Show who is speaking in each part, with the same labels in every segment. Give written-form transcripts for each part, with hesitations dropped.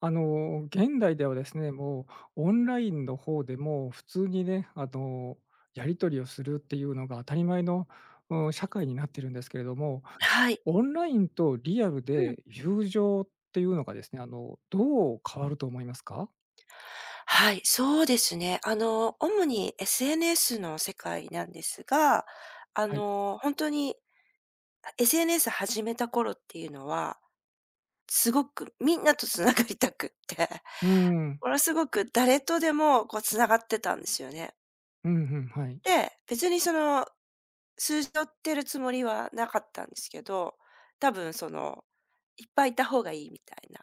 Speaker 1: 現代ではですね、もうオンラインの方でも普通にね、やり取りをするっていうのが当たり前の、うん、社会になってるんですけれども、
Speaker 2: はい。
Speaker 1: オンラインとリアル
Speaker 2: うん。
Speaker 1: で友情っていうのがですね、どう変わると思いますか？
Speaker 2: はい、そうですね。主に SNS の世界なんですが、
Speaker 1: はい。
Speaker 2: 本当に SNS 始めた頃っていうのは、すごくみんなと繋がりたくって、
Speaker 1: うん。
Speaker 2: ものすごく誰とでもこう繋がってたんですよね。
Speaker 1: うんうん、はい。
Speaker 2: で、別に数字取ってるつもりはなかったんですけど、多分いっぱいいた方がいいみたいな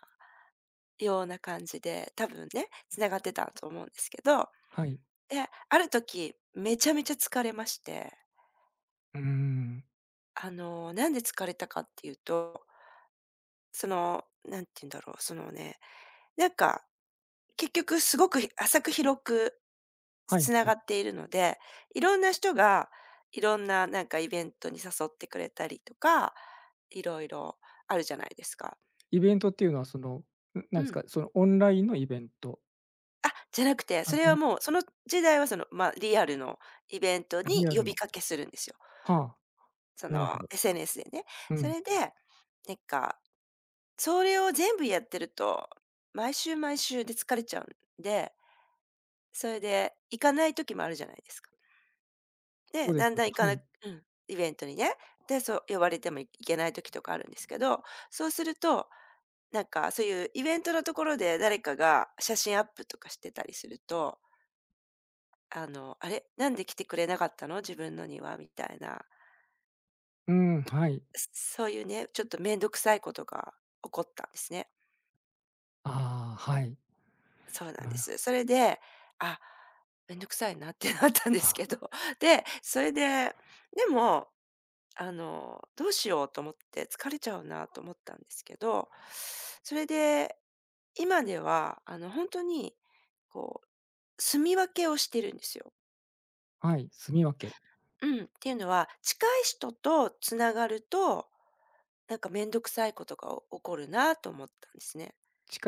Speaker 2: ような感じで、多分ね、繋がってたと思うんですけど。
Speaker 1: はい。
Speaker 2: で、ある時、めちゃめちゃ疲れまして、
Speaker 1: うーん。
Speaker 2: なんで疲れたかっていうと、なんて言うんだろう、なんか、結局すごく浅く広く
Speaker 1: はいはい、
Speaker 2: つな
Speaker 1: うん、はいは
Speaker 2: が
Speaker 1: い。
Speaker 2: っているので、いろんな人が、いろんななんかイベントに誘ってくれたりとか、いろいろあるじゃないですか。
Speaker 1: イベントっていうのはその、な
Speaker 2: う
Speaker 1: んです
Speaker 2: ん。
Speaker 1: か、そのオンラインのイベント？
Speaker 2: あ、じゃなくて、
Speaker 1: あ、
Speaker 2: そ
Speaker 1: じゃ
Speaker 2: れは
Speaker 1: なく、
Speaker 2: もう、その時代はまあ、リアルのイベント
Speaker 1: リ
Speaker 2: に
Speaker 1: アル
Speaker 2: 呼び
Speaker 1: の。
Speaker 2: かけするんですよ。
Speaker 1: はあ、なるほど。
Speaker 2: SNS でね。
Speaker 1: う
Speaker 2: そ
Speaker 1: ん、
Speaker 2: れで、なんかそれを全部やってると、毎週毎週で疲れちゃうんで、それで行かない時もあるじゃないですか。
Speaker 1: そ
Speaker 2: で、
Speaker 1: うです
Speaker 2: だん
Speaker 1: よ
Speaker 2: だん行か
Speaker 1: ね。はい。
Speaker 2: なうん、イベントにね。で、そう呼ばれても行けない時とかあるんですけど、そうすると、なんかそういうイベントのところで誰かが写真アップとかしてたりすると、「あれ、なんで来てくれなかったの？自分のには」みたいな、
Speaker 1: うん、はい。
Speaker 2: そういうね、ちょっと面倒くさいことが起こったんですね。
Speaker 1: ああ、はい。
Speaker 2: そうな
Speaker 1: な
Speaker 2: んで
Speaker 1: る
Speaker 2: す。それで、あ、めんどくさいなってなったんですけ
Speaker 1: あ。
Speaker 2: ど、で、それで、でも、どうしようと思って疲れちゃうなと思ったんですけど、それで、今では、本当に、こう、住み分けをしてるんですよ。
Speaker 1: はい、住み分け。
Speaker 2: うん、っていうのは、近い人とつながると、なんかめんどくさいことが起こるなと思ったんですね。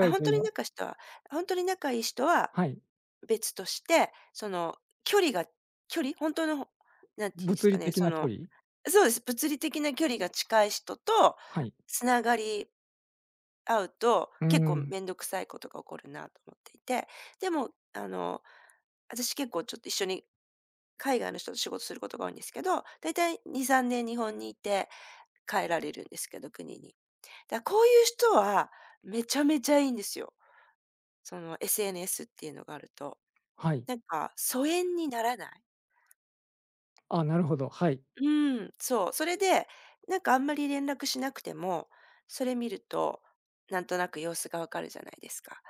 Speaker 2: あ、
Speaker 1: 近いというのは。
Speaker 2: 本当に仲いい人は
Speaker 1: はい、
Speaker 2: 別として、その距離が距離、本当の、なんて言うんです
Speaker 1: 物
Speaker 2: か
Speaker 1: 理
Speaker 2: ね、
Speaker 1: 的
Speaker 2: そ
Speaker 1: な距
Speaker 2: の
Speaker 1: 離？
Speaker 2: そうです。物理的な距離が近い人と
Speaker 1: はい。
Speaker 2: 繋がり合うと、
Speaker 1: うー
Speaker 2: 結構
Speaker 1: ん、
Speaker 2: めんどくさいことが起こるなと思っていて、でも、私結構ちょっと一緒に海外の人と仕事することが多いんですけど、だいたい2、3年日本にいて帰られるんですけど、国に。こういう人はめちゃめちゃいいんですよ。その SNS っていうのがあると。
Speaker 1: はい。
Speaker 2: なんか疎遠にならない。
Speaker 1: あ、なるほど、はい。
Speaker 2: うん、そう。それで、なんかあんまり連絡しなくても、それ見ると、なんとなく様子がわかるじゃないですか。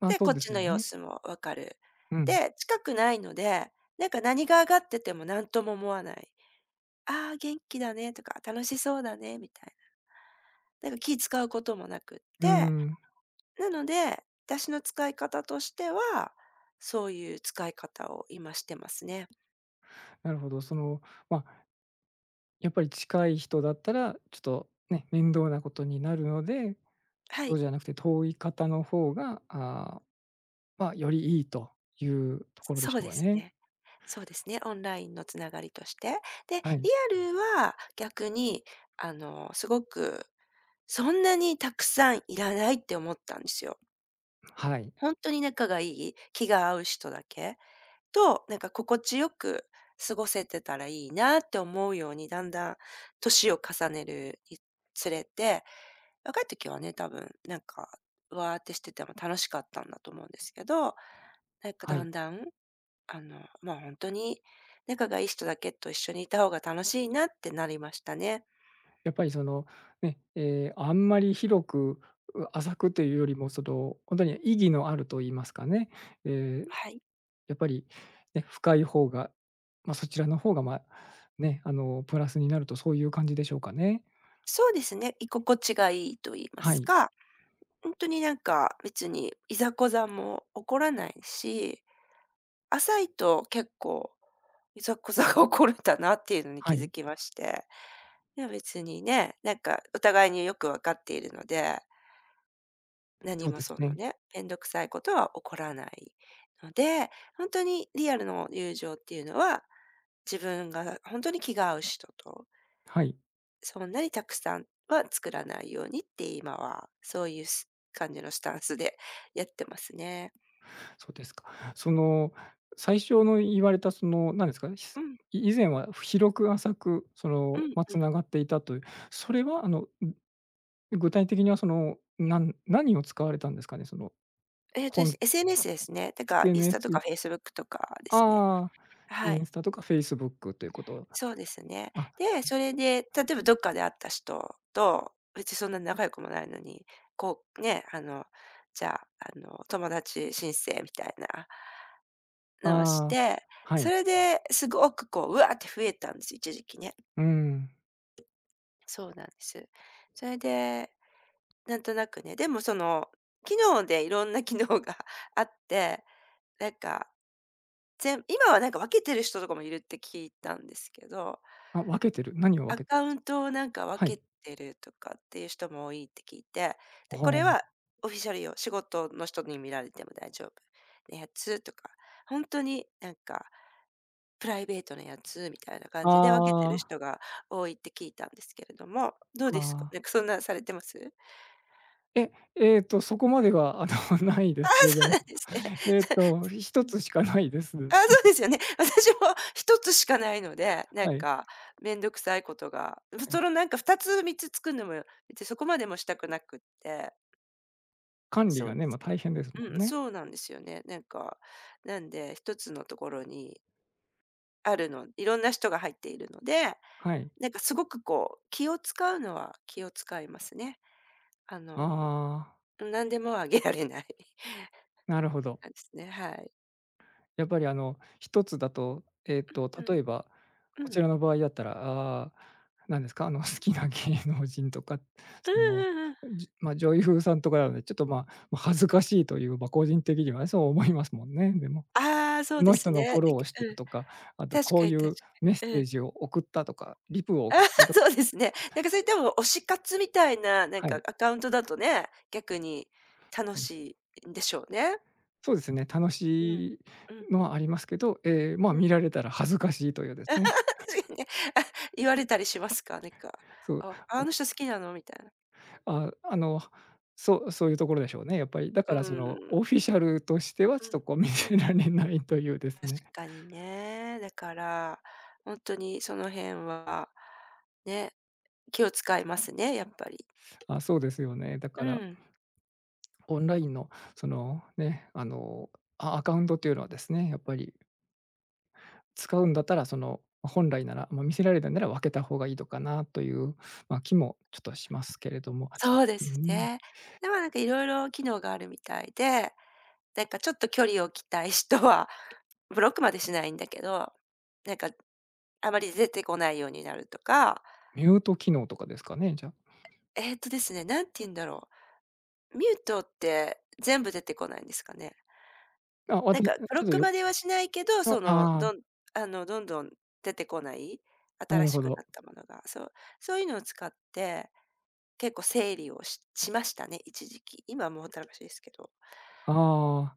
Speaker 1: まあ、
Speaker 2: で、
Speaker 1: そう
Speaker 2: こっ
Speaker 1: です
Speaker 2: ち
Speaker 1: よ
Speaker 2: の様
Speaker 1: ね。
Speaker 2: 子もわかる。
Speaker 1: うん。
Speaker 2: で、近くないので、なんか何が上がってても何とも思わない。ああ、元気だねとか、楽しそうだねみたいな。なんか気使うこともなくっ
Speaker 1: うー
Speaker 2: て、
Speaker 1: ん、
Speaker 2: なので、私の使い方としては、そういう使い方を今してますね。
Speaker 1: なるほど。ま、やっぱり近い人だったら、ちょっとね、面倒なことになるので、
Speaker 2: は
Speaker 1: そう
Speaker 2: い。
Speaker 1: じゃなくて遠い方の方が、ああ、ま、よりいいというところでし
Speaker 2: そう
Speaker 1: ょう
Speaker 2: で
Speaker 1: か
Speaker 2: す
Speaker 1: ね。
Speaker 2: ね。そうですね、オンラインのつながりとして。で、リ
Speaker 1: はい。
Speaker 2: アルは逆に、すごくそんなにたくさんいらないって思ったんですよ。
Speaker 1: はい。
Speaker 2: 本当に仲がいい、気が合う人だけと、なんか心地よく過ごせてたらいいなって思うように、だんだん年を重ねるにつれて、若い時はね、多分なんか、わーってしてても楽しかったんだと思うんですけど、なんか
Speaker 1: は
Speaker 2: だ
Speaker 1: い。
Speaker 2: んだんまあ、本当に仲がいい人だけと一緒にいた方が楽しいなってなりましたね。
Speaker 1: やっぱりその、ね、あんまり広く、浅くというよりも、その、本当に意義のあると言いますかね、えー
Speaker 2: はい。
Speaker 1: やっぱり、ね、深い方が、まあ、そちらの方が、ま、ね、プラスになるとそういう感じでしょうかね。
Speaker 2: そうですね、居心地がいいと言いま
Speaker 1: は
Speaker 2: す
Speaker 1: い、
Speaker 2: か、本当になんか別にいざこざも起こらないし、浅いと結構いざこざが起こるんだなっていうのに
Speaker 1: は
Speaker 2: 気づ
Speaker 1: い、
Speaker 2: きまして、でも別にね、なんかお互いによくわかっているので、
Speaker 1: そ
Speaker 2: 何
Speaker 1: う
Speaker 2: も
Speaker 1: ですね。
Speaker 2: めんどくさいことは起こらないので、本当にリアルの友情っていうのは自分が本当に気が合う人と、
Speaker 1: はい、
Speaker 2: そんなにたくさんは作らないようにって今は、そういう感じのスタンスでやってますね。
Speaker 1: そうですか。その、最初の言われたその、何ですかね、
Speaker 2: うん、
Speaker 1: 以前は広く浅く、そ
Speaker 2: う
Speaker 1: の、
Speaker 2: ん、
Speaker 1: ま、
Speaker 2: うん。
Speaker 1: ながっていたという、それは具体的にはその、何を使われたんですかね？その、
Speaker 2: で
Speaker 1: こ
Speaker 2: す SNS ですね。てか、インス
Speaker 1: SNS。
Speaker 2: タとかフェイスブックとかですね。
Speaker 1: ああ、イ
Speaker 2: は
Speaker 1: ンス
Speaker 2: い、
Speaker 1: タとかフェイスブックということ。
Speaker 2: そうですね。
Speaker 1: あ、
Speaker 2: で、それで、例えばどっかで会った人と、別にそんなに仲良くもないのに、こうね、あの、じゃあ、友達申請みたいなのをし
Speaker 1: ああ、
Speaker 2: て、
Speaker 1: は
Speaker 2: そ
Speaker 1: い。
Speaker 2: れですごくうわーって増えたんです、一時期ね。
Speaker 1: うん。
Speaker 2: そうなんです。それで、なんとなくね、でも機能でいろんな機能が あって、なんか、今はなんか分けてる人とかもいるって聞いたんですけど、
Speaker 1: あ、分けてる。何を分
Speaker 2: ア
Speaker 1: けて
Speaker 2: カ
Speaker 1: るんで
Speaker 2: ウ
Speaker 1: す？
Speaker 2: ントをなんか
Speaker 1: は
Speaker 2: 分
Speaker 1: い。
Speaker 2: けてるとかっていう人も多いって聞いて、で、こ
Speaker 1: ほ
Speaker 2: れは
Speaker 1: う。
Speaker 2: オフィシャル用、仕事の人に見られても大丈夫なやつとか、本当になんかプライベートなやつみたいな感
Speaker 1: あ
Speaker 2: じで分けてる人が多いって聞いたんですけれども、どう
Speaker 1: あ、
Speaker 2: ですか？な
Speaker 1: あ
Speaker 2: んか
Speaker 1: あ。
Speaker 2: そんなんされてます？
Speaker 1: そこまでは、ない で
Speaker 2: あ、
Speaker 1: すけれど
Speaker 2: そう
Speaker 1: も、
Speaker 2: なんですね。う
Speaker 1: 1
Speaker 2: ん。
Speaker 1: つしかないです。
Speaker 2: あ、そうですよね。私も一つしかないので、なん
Speaker 1: はい、
Speaker 2: かめんどくさいことが、う
Speaker 1: はい。
Speaker 2: そのなんか2つ3つ作るのも別にそこまでもしたくなくって、
Speaker 1: 管理
Speaker 2: そう
Speaker 1: が
Speaker 2: で
Speaker 1: ね、ま、
Speaker 2: すね。
Speaker 1: 大変ですもん
Speaker 2: うん、
Speaker 1: ね。
Speaker 2: そうなんですよね。なんか、なんで一つのところにあるのいろんな人が入っているので、
Speaker 1: はい。
Speaker 2: なんかすごくこう気を使うのは気を使いますね。あの、
Speaker 1: ああ、
Speaker 2: 何でもあげられない
Speaker 1: なるほど。
Speaker 2: 感じですね、はい。
Speaker 1: やっぱり一つだと、例え
Speaker 2: う
Speaker 1: ば、こ
Speaker 2: ん、う
Speaker 1: ち
Speaker 2: ん。
Speaker 1: らの場合だったら、ああ、何ですか、好きな芸能人とか、
Speaker 2: う
Speaker 1: その、
Speaker 2: んうんうん。
Speaker 1: 女優さんとかなので、ちょっと、ま、恥ずかしいという、ま、個人的にはね、そう思いますもんね。でも、
Speaker 2: ああ、そ
Speaker 1: こ
Speaker 2: うで
Speaker 1: の人
Speaker 2: す
Speaker 1: の
Speaker 2: ね。な
Speaker 1: フ
Speaker 2: ん
Speaker 1: ォ
Speaker 2: か
Speaker 1: ローをして
Speaker 2: う
Speaker 1: る
Speaker 2: ん、
Speaker 1: とか、あと
Speaker 2: 確
Speaker 1: こ
Speaker 2: か
Speaker 1: う
Speaker 2: に
Speaker 1: い
Speaker 2: 確
Speaker 1: う
Speaker 2: か
Speaker 1: メッセ
Speaker 2: に。う
Speaker 1: ー
Speaker 2: ん。
Speaker 1: ジを送ったとか、リプを
Speaker 2: あ
Speaker 1: 送
Speaker 2: あ、
Speaker 1: っ たと
Speaker 2: そ
Speaker 1: か。
Speaker 2: うですね。なんかそれ多分推し活みたいな、なん
Speaker 1: は
Speaker 2: か
Speaker 1: い、
Speaker 2: アカウントだとね、逆に楽
Speaker 1: うん。
Speaker 2: しいんでしょうね。
Speaker 1: そうですね、楽
Speaker 2: うん。
Speaker 1: しい
Speaker 2: うん、
Speaker 1: のはありますけど、ええ、ま、
Speaker 2: う
Speaker 1: 見
Speaker 2: ん。
Speaker 1: られたら恥ずかしいというですね。
Speaker 2: 確かにね、あ、言われたりしますか？なんか、
Speaker 1: そう。
Speaker 2: あ、あの人好きなのみたいな。
Speaker 1: あ、そう、そういうところでしょうね、やっぱり。だ
Speaker 2: う
Speaker 1: か
Speaker 2: ん、
Speaker 1: らそ
Speaker 2: う
Speaker 1: の、
Speaker 2: ん、
Speaker 1: オフィシャルとしては
Speaker 2: う
Speaker 1: ちょっと
Speaker 2: ん。
Speaker 1: こう見せられないというです
Speaker 2: 確
Speaker 1: ね。
Speaker 2: かにね。だから、本当にその辺は、ね、気を使いますね、やっぱり。
Speaker 1: あ、そうですよね。だか
Speaker 2: う
Speaker 1: ら、
Speaker 2: ん、
Speaker 1: オンラインのそのね、アカウントというのはですね、やっぱり使うんだったら、その、本来なら、ま、見せられないなら分けた方がいいのかなという、ま、気もちょっとしますけれども。
Speaker 2: そうで
Speaker 1: う
Speaker 2: す
Speaker 1: ん、
Speaker 2: ね。でもなんかいろいろ機能があるみたいで、なんかちょっと距離を置きたい人は、ブロックまでしないんだけど、なんか、あまり出てこないようになるとか、
Speaker 1: ミュート機能とかですかね、じゃ
Speaker 2: ですね、なんて言うんだろう、ミュートって全部出てこないんですかね？
Speaker 1: あ。あ、わ
Speaker 2: な
Speaker 1: た
Speaker 2: ん
Speaker 1: ちょ
Speaker 2: かブロッ
Speaker 1: っと
Speaker 2: ク
Speaker 1: よ
Speaker 2: まではしないけど、
Speaker 1: あ、ああ、
Speaker 2: どんどん出てこない、
Speaker 1: な
Speaker 2: 新
Speaker 1: る
Speaker 2: し
Speaker 1: ほ
Speaker 2: く
Speaker 1: ど。
Speaker 2: なったものが、そう、そういうのを使って、結構整理をしましたね、一時期。今はもうほったらかしですけど。
Speaker 1: ああ。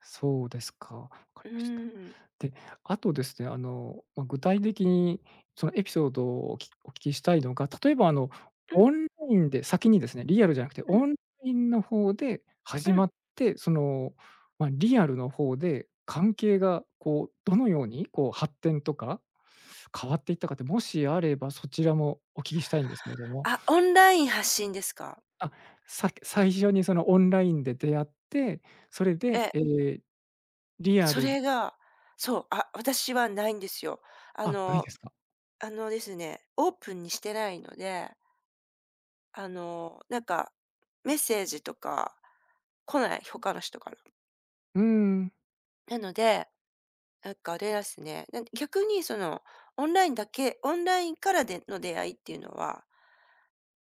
Speaker 1: そうですか。わかり
Speaker 2: う
Speaker 1: ました。
Speaker 2: ーん。
Speaker 1: で、あとですね、ま、具体的にそのエピソードをお聞きしたいのが、例えば
Speaker 2: うん、
Speaker 1: オンラインで先にですね、リアルじゃなくて
Speaker 2: う
Speaker 1: オ
Speaker 2: ん、
Speaker 1: ンラインの方で始
Speaker 2: う
Speaker 1: ま
Speaker 2: ん。
Speaker 1: って、その、ま、リアルの方で関係がこう、どのようにこう発展とか、変わっていったかって、もしあればそちらもお聞きしたいんですけれども。
Speaker 2: あ、オンライン発信ですか？
Speaker 1: あ、最初にそのオンラインで出会って、それ
Speaker 2: え
Speaker 1: で、え
Speaker 2: え、
Speaker 1: え、リア
Speaker 2: そ
Speaker 1: ル。
Speaker 2: れが、そう、あ、私はないんですよ。あ
Speaker 1: あ、ないで
Speaker 2: の
Speaker 1: すか。
Speaker 2: あのですね、オープンにしてないので、なんかメッセージとか来ない、他の人から。
Speaker 1: うーん。
Speaker 2: なのでなんかあれですね、逆にオンラインからでの出会いっていうのは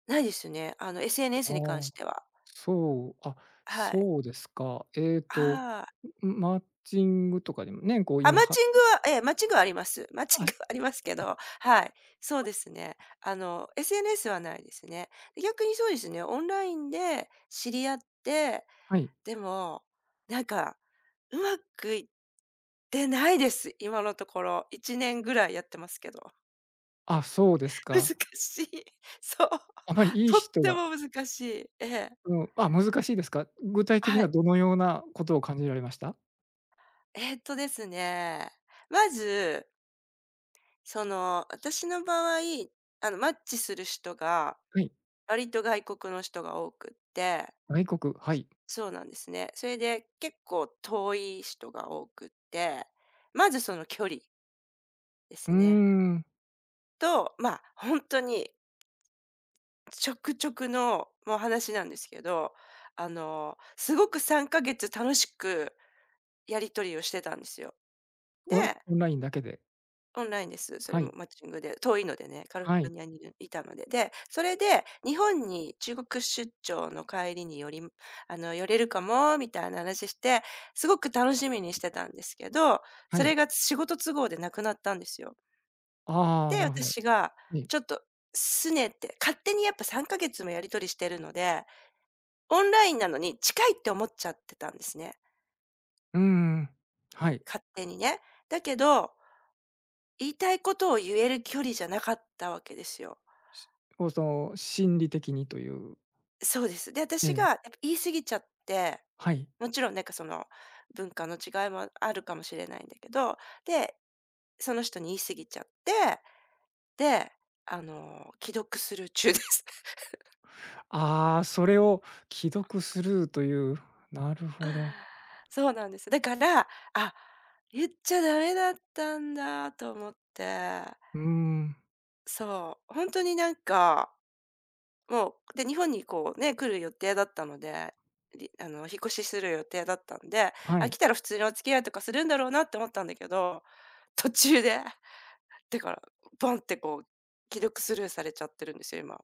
Speaker 2: ないですよね。あの
Speaker 1: あ
Speaker 2: SNS に関
Speaker 1: あ、
Speaker 2: しては。
Speaker 1: そう、あ、
Speaker 2: はい。
Speaker 1: そうですか。
Speaker 2: ああ。
Speaker 1: マッチングとかでもね、こう
Speaker 2: あ、
Speaker 1: 今は。
Speaker 2: マッチングはあります。マッ
Speaker 1: あ、
Speaker 2: チン
Speaker 1: あ、
Speaker 2: グはありますけど、はい。そうですね。あの SNS はないですね。逆にそうですね、オンラインで知り合って、
Speaker 1: はい。
Speaker 2: でも、なんかうまくいってないです。今のところ。1年ぐらいやってますけど。
Speaker 1: あ、そうです
Speaker 2: 難
Speaker 1: か。
Speaker 2: しい。そう。
Speaker 1: あまりいい
Speaker 2: とっ
Speaker 1: 人
Speaker 2: て
Speaker 1: が。
Speaker 2: も難しい。ええ。
Speaker 1: うん、あ、難しいですか。具体的に
Speaker 2: は
Speaker 1: は
Speaker 2: い。
Speaker 1: どのようなことを感じられました？
Speaker 2: えっとですね、まず、私の場合、マッチする人が、
Speaker 1: はい、
Speaker 2: 割と外国の人が多くって、
Speaker 1: 外国、はい。
Speaker 2: そうなんですね。それで結構遠い人が多くって、まずその距離で
Speaker 1: うー
Speaker 2: すね。
Speaker 1: ん、
Speaker 2: と、まあ、ほんとに直くちょくの、もう話なんですけど、すごく3ヶ月楽しくやり取りをしてたんですよ。で、
Speaker 1: オンラインだけで。
Speaker 2: オンラインです。それ
Speaker 1: はい、
Speaker 2: もマッチングで、遠いのでね、カリフ
Speaker 1: は
Speaker 2: ォル
Speaker 1: い、
Speaker 2: ニアにいたので。で、それで日本に中国出張の帰りに寄り寄れるかもみたいな話して、すごく楽しみにしてたんですけど、
Speaker 1: は
Speaker 2: そ
Speaker 1: い。
Speaker 2: れが仕事都合でなくなったんですよ。
Speaker 1: ああ、
Speaker 2: で、
Speaker 1: なるほど。
Speaker 2: 私が
Speaker 1: ええ。
Speaker 2: ちょっと拗ねて、勝手にやっぱ3ヶ月もやり取りしてるので、オンラインなのに近いって思っちゃってたんですね、
Speaker 1: うんん。はい。
Speaker 2: 勝手にね。だけど、言いたいことを言える距離じゃなかったわけですよ。
Speaker 1: しこうその心理的にという。
Speaker 2: そうです。で、
Speaker 1: え
Speaker 2: 私
Speaker 1: え、
Speaker 2: がやっぱ言い過ぎちゃって、
Speaker 1: はい。
Speaker 2: もちろんその文化の違いもあるかもしれないんだけど、で、その人に言い過ぎちゃって、で、既読スルー中です。
Speaker 1: ああ、それを既読スルーという、なるほど。
Speaker 2: そうなんです。だから、あ、言っちゃダメだったんだと思って、
Speaker 1: うーん、
Speaker 2: そう、本当にもう、で、日本にこうね、来る予定だったので、り引っ越しする予定だったんで、
Speaker 1: は
Speaker 2: あ、
Speaker 1: い。
Speaker 2: 来たら普通にお付き合いとかするんだろうなって思ったんだけど、途中で、だから、ボンってこう、既読スルーされちゃってるんですよ、今。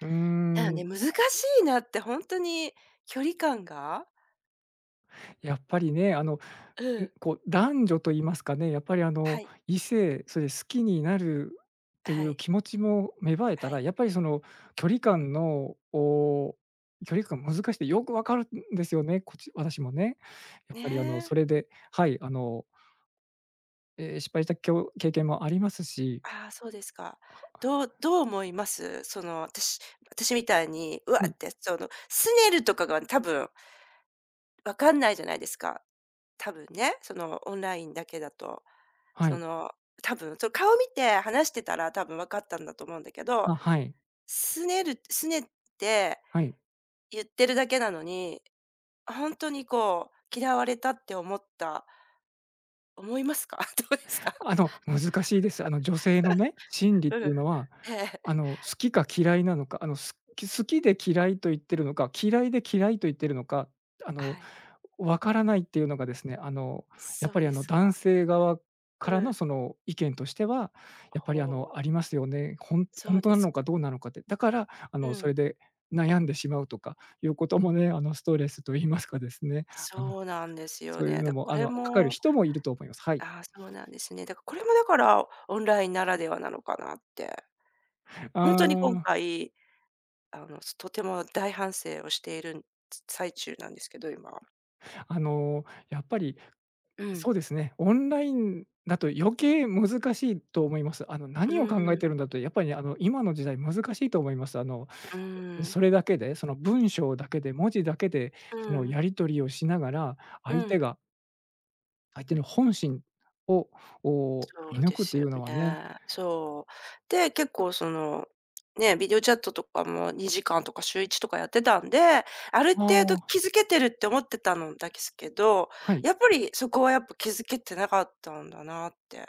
Speaker 1: うー
Speaker 2: だよ
Speaker 1: ん、
Speaker 2: ね、難しいなってほんとに距離感が。
Speaker 1: やっぱりね、
Speaker 2: うん。
Speaker 1: こう男女と言いますかね、やっぱり
Speaker 2: はい、
Speaker 1: 異性、それで好きになると
Speaker 2: は
Speaker 1: いう
Speaker 2: い、
Speaker 1: 気持ちも芽生えた
Speaker 2: は
Speaker 1: ら、
Speaker 2: い。
Speaker 1: やっぱりその距離感の、お距離感難しくてよくわかるんですよね、こっち私もね。やっぱり
Speaker 2: ね。
Speaker 1: それではい、失敗した経験もありますし。
Speaker 2: ああ、そうですか。どう思います？その、私みたいに、うわ
Speaker 1: うん、
Speaker 2: って、その、すねるとかが多分わかんないじゃないですか。多分ね、そのオンラインだけだと、
Speaker 1: は
Speaker 2: そ
Speaker 1: い。
Speaker 2: の、多分その顔見て話してたら多分分かったんだと思うんだけど、
Speaker 1: あ、はい、
Speaker 2: 拗ねって
Speaker 1: はい。
Speaker 2: 言ってるだけなのに、本当にこう嫌われたって思った思いますか？どうですか？
Speaker 1: 難しいです。女性のね、心理っ
Speaker 2: う
Speaker 1: てい
Speaker 2: ん。
Speaker 1: うのは、
Speaker 2: ええ、
Speaker 1: 好きか嫌いなのか、好きで嫌いと言ってるのか、嫌いで嫌いと言ってるのか、あの、
Speaker 2: はい。
Speaker 1: わからないっていうのがですね、やっ
Speaker 2: そ
Speaker 1: ぱ
Speaker 2: う
Speaker 1: り、
Speaker 2: です
Speaker 1: 男
Speaker 2: か。
Speaker 1: 性側
Speaker 2: う
Speaker 1: からの
Speaker 2: ん。
Speaker 1: その意見としては、やっぱり、
Speaker 2: ほ
Speaker 1: あ
Speaker 2: う、
Speaker 1: りますよね。ほ
Speaker 2: そ
Speaker 1: ん
Speaker 2: う
Speaker 1: と
Speaker 2: で
Speaker 1: な
Speaker 2: す
Speaker 1: の
Speaker 2: か。
Speaker 1: かどうなのかって。だから、
Speaker 2: う
Speaker 1: それ
Speaker 2: ん。
Speaker 1: で悩んでしまうとかいうこともね、ストレスと言いますかですね、あの、
Speaker 2: そうなんですよ
Speaker 1: そういう
Speaker 2: ね。
Speaker 1: の
Speaker 2: だ
Speaker 1: も、
Speaker 2: これ
Speaker 1: かかる
Speaker 2: も、
Speaker 1: 人もいると思います。はい。
Speaker 2: ああ、そうなんですね。だからこれもだから、オンラインならではなのかなって。
Speaker 1: あ
Speaker 2: 本当に今
Speaker 1: あ。
Speaker 2: 回とても大反省をしている最中なんですけど、今は。
Speaker 1: やっぱり、
Speaker 2: うん。
Speaker 1: そうですね、オンラインだと余計難しいと思います。
Speaker 2: う
Speaker 1: 何を考え
Speaker 2: ーん、
Speaker 1: てるんだと、やっぱりね、今の時代難しいと思います。
Speaker 2: うーん、
Speaker 1: それだけで、その文章だけで、文字だけで、そ
Speaker 2: う
Speaker 1: の
Speaker 2: ん、
Speaker 1: やり取りをしながら、
Speaker 2: う
Speaker 1: 相手
Speaker 2: ん、
Speaker 1: が相手の本心を、
Speaker 2: そう
Speaker 1: 見抜
Speaker 2: で
Speaker 1: くって
Speaker 2: す
Speaker 1: い
Speaker 2: よ
Speaker 1: うのはね。
Speaker 2: ね。そう。で、結構その、ね、ビデオチャットとかも2時間とか週1とかやってたんで、ある
Speaker 1: あ
Speaker 2: 程度
Speaker 1: あ、
Speaker 2: 気づけてるって思ってたのだけすけど、
Speaker 1: はい。
Speaker 2: やっぱりそこはやっぱ気づけてなかったんだなって、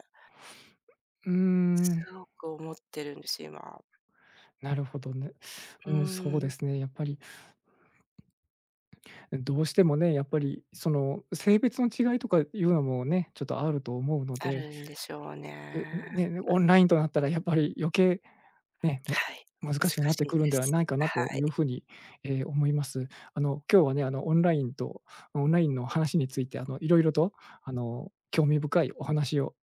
Speaker 1: うー
Speaker 2: す
Speaker 1: ん、
Speaker 2: ごく思ってるんです、今。
Speaker 1: なるほどね。
Speaker 2: うー
Speaker 1: うん、そうで
Speaker 2: ん、
Speaker 1: すね、やっぱり、どうしてもね、やっぱり、その性別の違いとかいうのもね、ちょっとあると思うの
Speaker 2: あ
Speaker 1: で
Speaker 2: るんでしょう
Speaker 1: え、
Speaker 2: ね。
Speaker 1: ね、オンラインとなったらやっぱり余計ね、
Speaker 2: はい、難
Speaker 1: 難
Speaker 2: し
Speaker 1: しくなって
Speaker 2: いで
Speaker 1: くるんでは
Speaker 2: す。
Speaker 1: ないかなと
Speaker 2: は
Speaker 1: い
Speaker 2: い。
Speaker 1: うふうに、思います。今日はね、オンラインの話について、いろいろと、興味深いお話を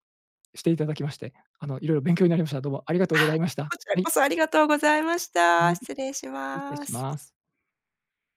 Speaker 1: していただきまして、いろいろ勉強になりました。どうもありがとうござ
Speaker 2: は
Speaker 1: い
Speaker 2: い、
Speaker 1: ました。
Speaker 2: こちら
Speaker 1: はい、
Speaker 2: こそありがとうございまし
Speaker 1: う
Speaker 2: た。
Speaker 1: ん、
Speaker 2: 失礼し
Speaker 1: 失礼
Speaker 2: ま
Speaker 1: し
Speaker 2: す。
Speaker 1: ます。